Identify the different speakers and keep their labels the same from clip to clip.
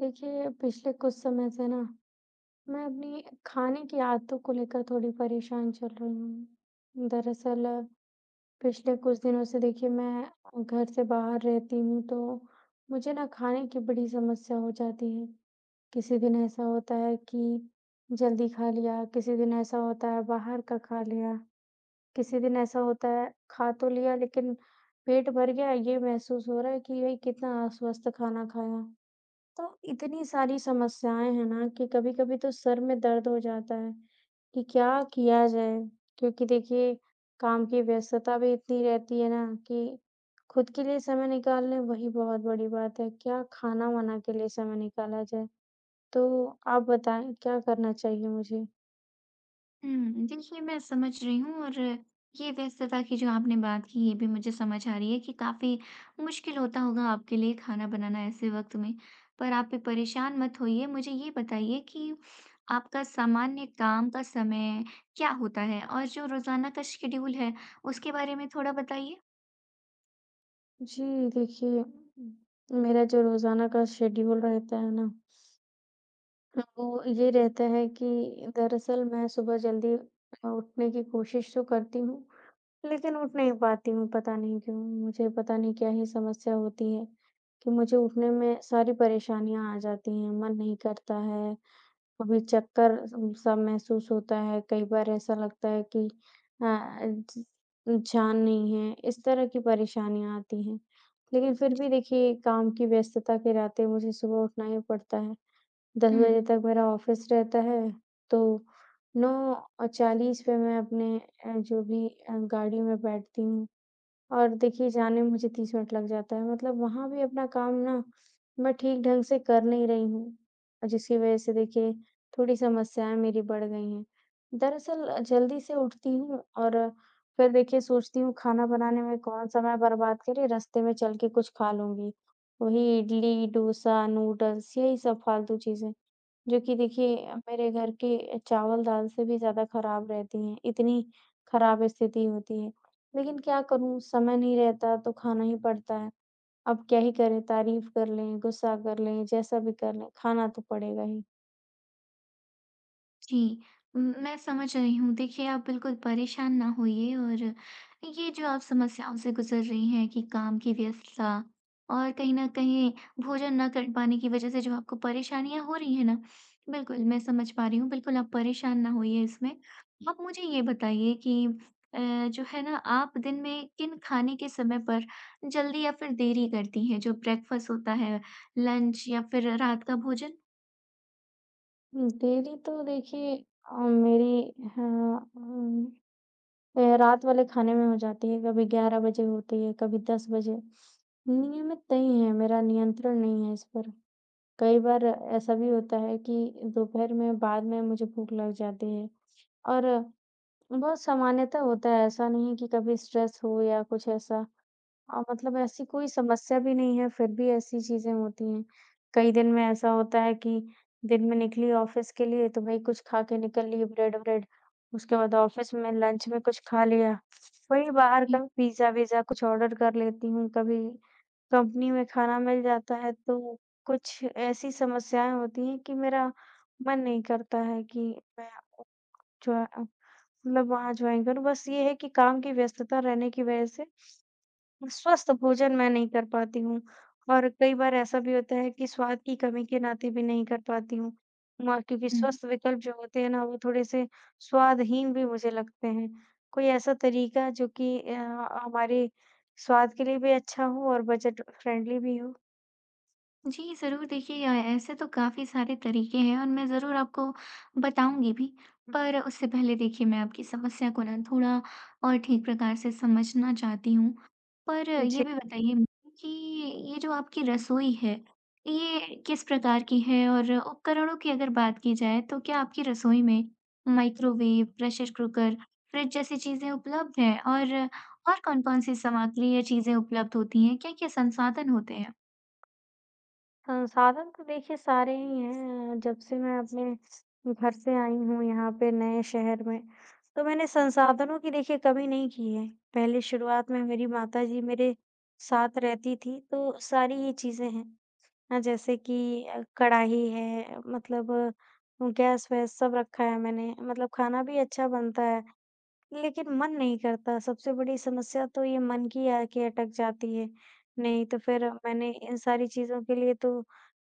Speaker 1: देखिए, पिछले कुछ समय से ना मैं अपनी खाने की आदतों को लेकर थोड़ी परेशान चल रही हूँ। दरअसल पिछले कुछ दिनों से देखिए मैं घर से बाहर रहती हूँ तो मुझे ना खाने की बड़ी समस्या हो जाती है। किसी दिन ऐसा होता है कि जल्दी खा लिया, किसी दिन ऐसा होता है बाहर का खा लिया, किसी दिन ऐसा होता है खा तो लिया लेकिन पेट भर गया ये महसूस हो रहा है कि भाई कितना अस्वस्थ खाना खाया। तो इतनी सारी समस्याएँ हैं ना कि कभी-कभी तो सर में दर्द हो जाता है कि क्या किया जाए? क्योंकि देखिए काम की व्यस्तता भी इतनी रहती है ना कि खुद के लिए समय निकालना वही बहुत बड़ी बात है। क्या खाना-वाना के लिए समय निकाला जाए? तो आप बताएँ क्या करना चाहिए मुझे?
Speaker 2: देखिए मैं समझ रही हूँ और ये व्यस्तता की जो आपने बात की ये भी मुझे समझ आ रही है कि काफ़ी मुश्किल होता होगा आपके लिए खाना बनाना ऐसे वक़्त में। पर आप भी परेशान मत होइए, मुझे ये बताइए कि आपका सामान्य काम का समय क्या होता है? और जो रोज़ाना का शेड्यूल है उसके बारे में थोड़ा बताइए?
Speaker 1: जी देखिए, मेरा जो रोज़ाना का शेड्यूल रहता है ना वो ये रहता है कि दरअसल मैं सुबह जल्दी उठने की कोशिश तो करती हूँ, लेकिन उठ नहीं पाती हूँ, पता नहीं क्यों? मुझे पता नहीं क्या ही समस्या होती है कि मुझे उठने में सारी परेशानियाँ आ जाती हैं, मन नहीं करता है, कभी चक्कर स सा महसूस होता है, कई बार ऐसा लगता है कि अ, ज जान नहीं है, इस तरह की परेशानियाँ आती हैं। लेकिन फिर भी
Speaker 2: जी।
Speaker 1: देखिए, काम की व्यस्तता के रहते मुझे सुबह उठना ही पड़ता है। 10
Speaker 2: हुँ।
Speaker 1: बजे तक मेरा ऑफ़िस रहता है, तो 9:40 पे मैं अपने गाड़ी में बैठती हूँ और देखिए जाने में मुझे 30 मिनट लग जाता है। मतलब वहाँ भी अपना काम ना मैं ठीक ढंग से कर नहीं रही हूँ और जिसकी वज़ह से देखिए थोड़ी समस्याएँ मेरी बढ़ गई हैं। दरअसल जल्दी से उठती हूँ और फिर देखिए सोचती हूँ खाना बनाने में कौन समय बर्बाद करें, रास्ते में चल के कुछ खा लूँगी। वही इडली, डोसा, नूडल्स यही सब फ़ालतू चीज़ें। जो कि देखिए मेरे घर के चावल-दाल से भी ज़्यादा खराब रहती हैं, इतनी खराब स्थिति होती है। लेकिन क्या करूँ समय नहीं रहता तो खाना ही पड़ता है। अब क्या ही करें तारीफ़ कर लें, गुस्सा कर लें, जैसा भी कर लें, खाना तो पड़ेगा ही।
Speaker 2: जी, म मैं समझ रही हूँ। देखिए, आप बिल्कुल परेशान ना होइए और ये जो आप समस्याओं से गुज़र रही हैं कि काम की व्यस्तता और कहीं न कहीं भोजन ना कर पाने की वज़ह से जो आपको परेशानियाँ हो रही हैं ना, बिल्कुल मैं समझ पा रही हूँ। बिल्कुल आप परेशान ना होइए इसमें। आप मुझे ये बताइए कि अ, जो है ना आप दिन में किन खाने के समय पर जल्दी या फिर देरी करती हैं? जो ब्रेकफ़ास्ट होता है, लंच या फिर रात का भोजन?
Speaker 1: देरी तो देखिए मेरी हाँ रात वाले खाने में हो जाती है, कभी 11 बजे होती है, कभी 10 बजे। नियमित नहीं है, मेरा नियंत्रण नहीं है इस पर। कई बार ऐसा भी होता है कि दोपहर में बाद में मुझे भूख लग जाती है और बहुत सामान्यतः होता है ऐसा नहीं कि कभी स्ट्रेस हो या कुछ ऐसा मतलब ऐसी कोई समस्या भी नहीं है, फिर भी ऐसी चीज़ें होती हैं। कई दिन में ऐसा होता है कि दिन में निकली ऑफ़िस के लिए तो भई कुछ खा के निकल लिए ब्रेड-व्रेड, उसके बाद ऑफ़िस में लंच में कुछ खा लिया। वहीं बाहर कभी पिज़्ज़ा-विज़्ज़ा कुछ ऑर्डर कर लेती हूँ, कभी कंपनी में खाना मिल जाता है, तो कुछ ऐसी समस्याएँ होती हैं कि मेरा मन नहीं करता है कि मैं जो है मतलब वहाँ जॉइन करूँ। बस ये है कि काम की व्यस्तता रहने की वज़ह से स्वस्थ भोजन मैं नहीं कर पाती हूँ और कई बार ऐसा भी होता है कि स्वाद की कमी के नाते भी नहीं कर पाती हूँ। म क्योंकि
Speaker 2: जी।
Speaker 1: स्वस्थ विकल्प जो होते हैं ना, वो थोड़े-से स्वादहीन भी मुझे लगते हैं। कोई ऐसा तरीका जो कि हमारे स्वाद के लिए भी अच्छा हो और बजट फ्रेंडली भी हो?
Speaker 2: जी, ज़रूर देखिए ऐसे तो काफ़ी सारे तरीके हैं और मैं ज़रूर आपको बताऊँगी भी। पर उससे पहले देखिए मैं आपकी समस्या को ना थोड़ा और ठीक प्रकार से समझना चाहती हूँ। पर ये
Speaker 1: जी।
Speaker 2: भी बताइए मुझे कि ये जो आपकी रसोई है, ये किस प्रकार की है? और उपकरणों की अगर बात की जाए तो क्या आपकी रसोई में माइक्रोवेव, प्रेशर कुकर, फ्रिज जैसी चीज़ें उपलब्ध हैं? और कौन-कौन सी सामग्री या चीज़ें उपलब्ध होती हैं? क्या-क्या संसाधन होते हैं?
Speaker 1: संसाधन तो देखिए सारे ही हैं। जब से मैं अपने घर से आई हूँ यहाँ पे नए शहर में, तो मैंने संसाधनों की देखिए कमी नहीं की है। पहले शुरुआत में मेरी माताजी मेरे साथ रहती थी, तो सारी ही चीज़ें हैं। जैसे कि कढ़ाई है मतलब गैस-वैस सब रखा है मैंने, मतलब खाना भी अच्छा बनता है। लेकिन मन नहीं करता, सबसे बड़ी समस्या तो ये मन की आके अटक जाती है। नहीं तो फिर मैंने इन सारी चीज़ों के लिए तो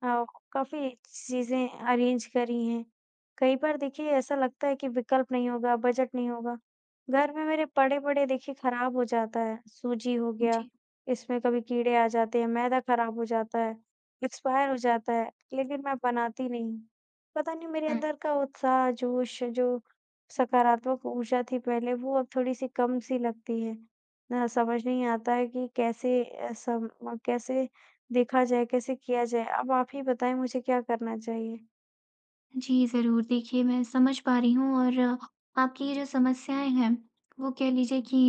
Speaker 1: अ, काफ़ी चीज़ें अरेंज करी हैं। कई बार देखिए ऐसा लगता है कि विकल्प नहीं होगा, बजट नहीं होगा। घर में मेरे पड़े-पड़े देखिए खराब हो जाता है, सूजी हो गया,
Speaker 2: जी।
Speaker 1: इसमें कभी कीड़े आ जाते हैं, मैदा खराब हो जाता है, एक्सपायर हो जाता है, लेकिन मैं बनाती नहीं। पता नहीं मेरे
Speaker 2: हाँ।
Speaker 1: अंदर का उत्साह, जोश जो सकारात्मक ऊर्जा थी पहले वो अब थोड़ी-सी कम सी लगती है। ना समझ नहीं आता है कि कैसे अ, सम कैसे देखा जाए, कैसे किया जाए? अब आप ही बताएँ मुझे क्या करना चाहिए?
Speaker 2: जी, ज़रूर। देखिए, मैं समझ पा रही हूँ और आपकी ये जो समस्याएँ हैं, वो कह लीजिए कि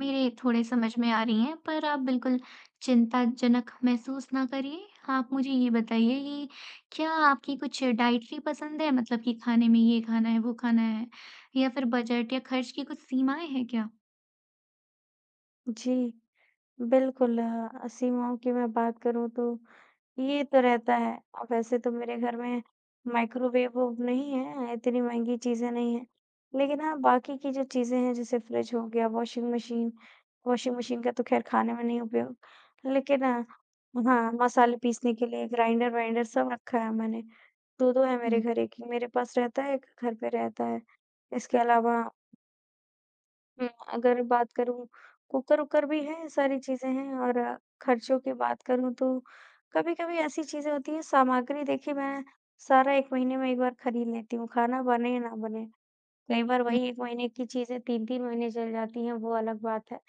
Speaker 2: मेरे थोड़े समझ में आ रही हैं, पर आप बिल्कुल चिंताजनक महसूस ना करिए। आप मुझे ये बताइए कि क्या आपकी कुछ डाइटरी पसंद है? मतलब कि खाने में ये खाना है, वो खाना है या फिर बजट या खर्च की कुछ सीमाएँ हैं क्या?
Speaker 1: जी, बिल्कुल सीमाओं की मैं बात करूँ तो ये तो रहता है। वैसे तो मेरे घर में माइक्रोवेव ओव नहीं है, इतनी महँगी चीज़ें नहीं हैं। लेकिन हाँ, बाकी की जो चीज़ें हैं जैसे फ्रिज हो गया, वॉशिंग मशीन का तो ख़ैर खाने में नहीं उपयोग, लेकिन हाँ, हाँ, मसाले पीसने के लिए ग्राइंडर-वाइंडर सब रखा है मैंने। 2-2 है मेरे
Speaker 2: हुँ,
Speaker 1: घर, एक ही मेरे पास रहता है, एक घर पे रहता है। इसके अलावा हुँ, अगर बात करूँ कुकर-वुकर भी हैं, सारी चीज़ें हैं और खर्चों की बात करूँ तो कभी-कभी ऐसी चीज़ें होती हैं सामग्री देखिए मैं सारा 1 महीने में एक बार खरीद लेती हूँ, खाना बने या ना बने। कई बार
Speaker 2: हुँ,
Speaker 1: वही 1 महीने की चीज़ें 3-3 महीने चल जाती हैं, वो अलग बात है।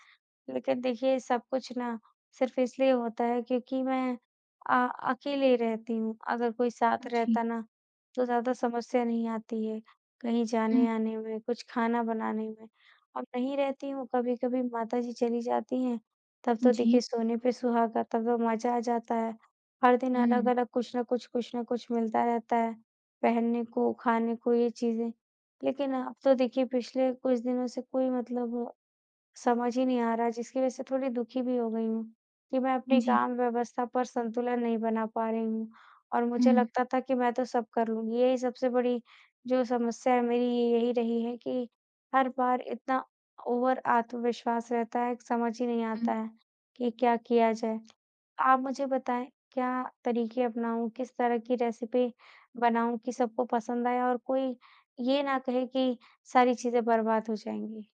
Speaker 1: लेकिन देखिए सब कुछ ना सिर्फ़ इसलिए होता है क्योंकि मैं अकेले रहती हूँ। अगर कोई साथ
Speaker 2: जी,
Speaker 1: रहता ना तो ज़्यादा समस्या नहीं आती है, कहीं
Speaker 2: हुँ,
Speaker 1: जाने-आने में, कुछ खाना बनाने में। अब नहीं रहती हूँ, कभी-कभी माताजी चली जाती हैं, तब तो देखिए
Speaker 2: जी,
Speaker 1: सोने पे सुहागा, तब तो मज़ा आ जाता है। हर दिन
Speaker 2: हुँ,
Speaker 1: अलग-अलग कुछ न कुछ मिलता रहता है, पहनने को, खाने को ये चीज़ें। लेकिन अब तो देखिए पिछले कुछ दिनों से कोई मतलब समझ ही नहीं आ रहा, जिसकी वजह से थोड़ी दुखी भी हो गई हूँ कि मैं अपनी
Speaker 2: जी,
Speaker 1: काम व्यवस्था पर संतुलन नहीं बना पा रही हूँ और मुझे
Speaker 2: हुँ,
Speaker 1: लगता था कि मैं तो सब कर लूँगी। यही सबसे बड़ी जो समस्या है मेरी ये यही रही है कि हर बार इतना ओवर आत्मविश्वास रहता है, कि समझ ही नहीं
Speaker 2: हुँ।
Speaker 1: आता है कि क्या किया जाए। आप मुझे बताएँ क्या तरीके अपनाऊँ, किस तरह की रेसिपी बनाऊँ कि सबको पसंद आए और कोई ये ना कहे कि सारी चीज़ें बर्बाद हो जाएँगी?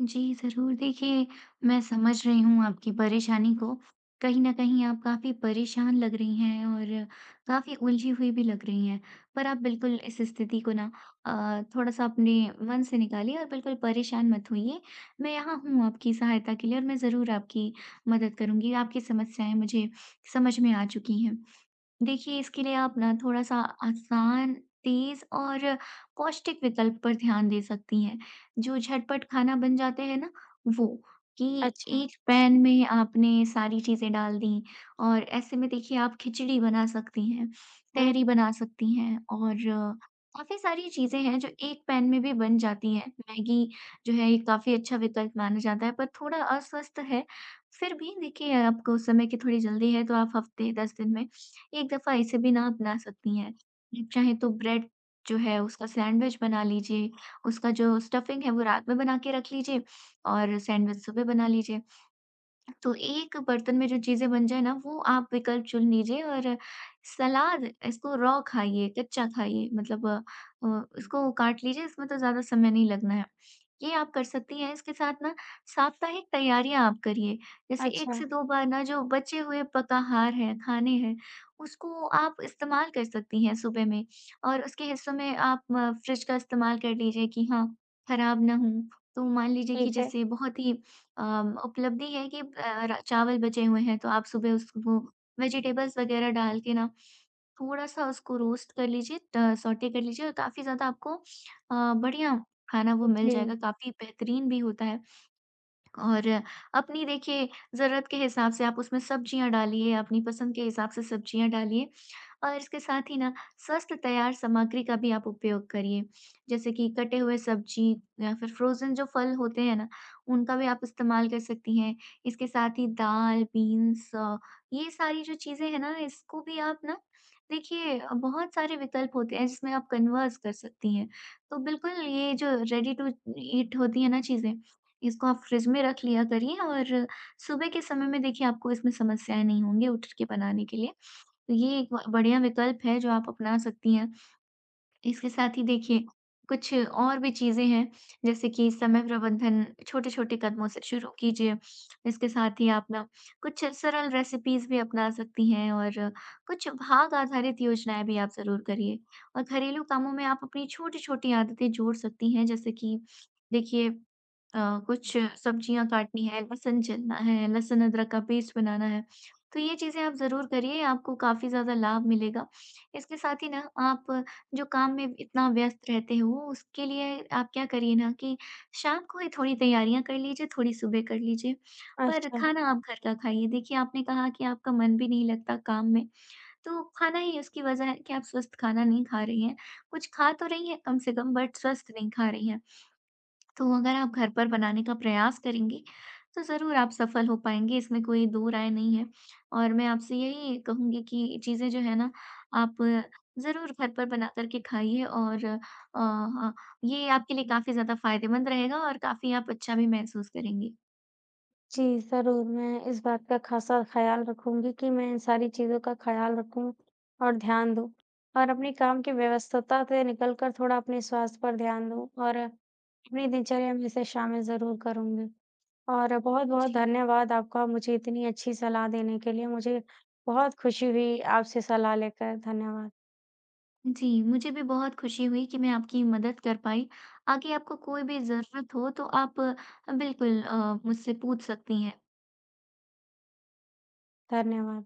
Speaker 2: जी, ज़रूर। देखिए, मैं समझ रही हूँ आपकी परेशानी को। कहीं न कहीं आप काफ़ी परेशान लग रही हैं और काफ़ी उलझी हुई भी लग रही हैं। पर आप बिल्कुल इस स्थिति को ना थोड़ा-सा अपने मन से निकालिए और बिल्कुल परेशान मत होइए। मैं यहाँ हूँ आपकी सहायता के लिए और मैं ज़रूर आपकी मदद करूँगी। आपकी समस्याएँ मुझे समझ में आ चुकी हैं। देखिए, इसके लिए आप ना थोड़ा-सा आसान, तेज़ और पौष्टिक विकल्प पर ध्यान दे सकती हैं। जो झटपट खाना बन जाते हैं ना, वो कि
Speaker 1: अच्छा।
Speaker 2: एक पैन में आपने सारी चीज़ें डाल दी और ऐसे में देखिए आप खिचड़ी बना सकती हैं, तहरी बना सकती हैं और काफ़ी सारी चीज़ें हैं जो एक पैन में भी बन जाती हैं। मैगी जो है ये काफ़ी अच्छा विकल्प माना जाता है पर थोड़ा अस्वस्थ है, फिर भी देखिए आपको उस समय की थोड़ी जल्दी है तो आप हफ़्ते 10 दिन में एक दफ़ा इसे भी ना अपना सकती हैं। आप चाहें तो ब्रेड जो है उसका सैंडविच बना लीजिए, उसका जो स्टफिंग है वो रात में बना के रख लीजिए और सैंडविच सुबह बना लीजिए। तो एक बर्तन में जो चीज़ें बन जाए ना वो आप विकल्प चुन लीजिए और सलाद इसको रॉ खाइए, कच्चा खाइए मतलब इसको काट लीजिए इसमें तो ज़्यादा समय नहीं लगना है। ये आप कर सकती हैं, इसके साथ ना साप्ताहिक तैयारियाँ आप करिए। जैसे 1
Speaker 1: अच्छा,
Speaker 2: से 2 बार ना जो बचे हुए पकाहार हैं, खाने हैं, उसको आप इस्तेमाल कर सकती हैं सुबह में और उसके हिस्सों में आप फ्रिज का इस्तेमाल कर लीजिए कि हाँ, खराब ना हो। तो मान लीजिए कि
Speaker 1: ठीक है।
Speaker 2: जैसे बहुत ही उपलब्धि है कि अ, र चावल बचे हुए हैं तो आप सुबह उसको वेजिटेबल्स वगैरह डाल के ना थोड़ा-सा उसको रोस्ट कर लीजिए सौटे कर लीजिए और काफ़ी ज़्यादा आपको बढ़िया खाना वो मिल
Speaker 1: जी।
Speaker 2: जाएगा, काफ़ी बेहतरीन भी होता है। और अपनी देखिए ज़रूरत के हिसाब से आप उसमें सब्जियाँ डालिए, अपनी पसंद के हिसाब से सब्जियाँ डालिए। और इसके साथ ही ना स्वस्थ तैयार सामग्री का भी आप उपयोग करिए। जैसे कि कटे हुए सब्जी या फिर फ्रोज़न जो फल होते हैं ना, उनका भी आप इस्तेमाल कर सकती हैं। इसके साथ ही दाल, बीन्स ये सारी जो चीज़ें हैं ना, इसको भी आप ना देखिए बहुत सारे विकल्प होते हैं जिसमें आप कन्वर्स कर सकती हैं। तो बिल्कुल ये जो रेडी टू ईट होती है ना चीज़ें इसको आप फ्रिज में रख लिया करिए और सुबह के समय में देखिए आपको इसमें समस्याएँ नहीं होंगी उठ के बनाने के लिए। तो ये एक ब बढ़िया विकल्प है जो आप अपना सकती हैं। इसके साथ ही देखिए, कुछ और भी चीज़ें हैं, जैसे कि समय प्रबंधन छोटे-छोटे कदमों से शुरू कीजिए। इसके साथ ही आप ना कुछ सरल रेसिपीज़ भी अपना सकती हैं और कुछ भाग आधारित योजनाएँ भी आप ज़रूर करिए। और घरेलू कामों में आप अपनी छोटी-छोटी आदतें जोड़ सकती हैं, जैसे कि देखिए अ, कुछ सब्जियाँ काटनी है, लहसुन छिलना है, लहसुन अदरक का पेस्ट बनाना है। तो ये चीज़ें आप ज़रूर करिए, आपको काफ़ी ज़्यादा लाभ मिलेगा। इसके साथ ही ना आप जो काम में इतना व्यस्त रहते हो, उसके लिए आप क्या करिए ना कि शाम को ही थोड़ी तैयारियाँ कर लीजिए, थोड़ी सुबह कर लीजिए, पर
Speaker 1: अच्छा।
Speaker 2: खाना आप घर का खाइए। देखिए, आपने कहा कि आपका मन भी नहीं लगता काम में, तो खाना ही उसकी वजह है कि आप स्वस्थ खाना नहीं खा रही हैं। कुछ खा तो रही हैं कम से कम, बट स्वस्थ नहीं खा रही हैं। तो अगर आप घर पर बनाने का प्रयास करेंगी, तो ज़रूर आप सफल हो पाएँगी, इसमें कोई दो राय नहीं है। और मैं आपसे यही कहूँगी कि चीज़ें जो है ना, आप ज़रूर घर पर बना कर के खाइए और हाँ, ये आपके लिए काफ़ी ज़्यादा फ़ायदेमंद रहेगा और काफ़ी आप अच्छा भी महसूस करेंगी।
Speaker 1: जी, ज़रूर मैं इस बात का ख़ासा ख़्याल रखूँगी कि मैं इन सारी चीज़ों का ख़्याल रखूँ और ध्यान दूँ और अपने काम की व्यस्तता से निकल कर थोड़ा अपने स्वास्थ्य पर ध्यान दूँ और अपनी दिनचर्या में इसे शामिल ज़रूर करूँगी। और बहुत-बहुत
Speaker 2: जी।
Speaker 1: धन्यवाद आपका मुझे इतनी अच्छी सलाह देने के लिए। मुझे बहुत खुशी हुई आपसे सलाह लेकर। धन्यवाद।
Speaker 2: जी, मुझे भी बहुत खुशी हुई कि मैं आपकी मदद कर पाई। आगे आपको कोई भी ज़रूरत हो, तो आप बिल्कुल मुझसे पूछ सकती हैं।
Speaker 1: धन्यवाद।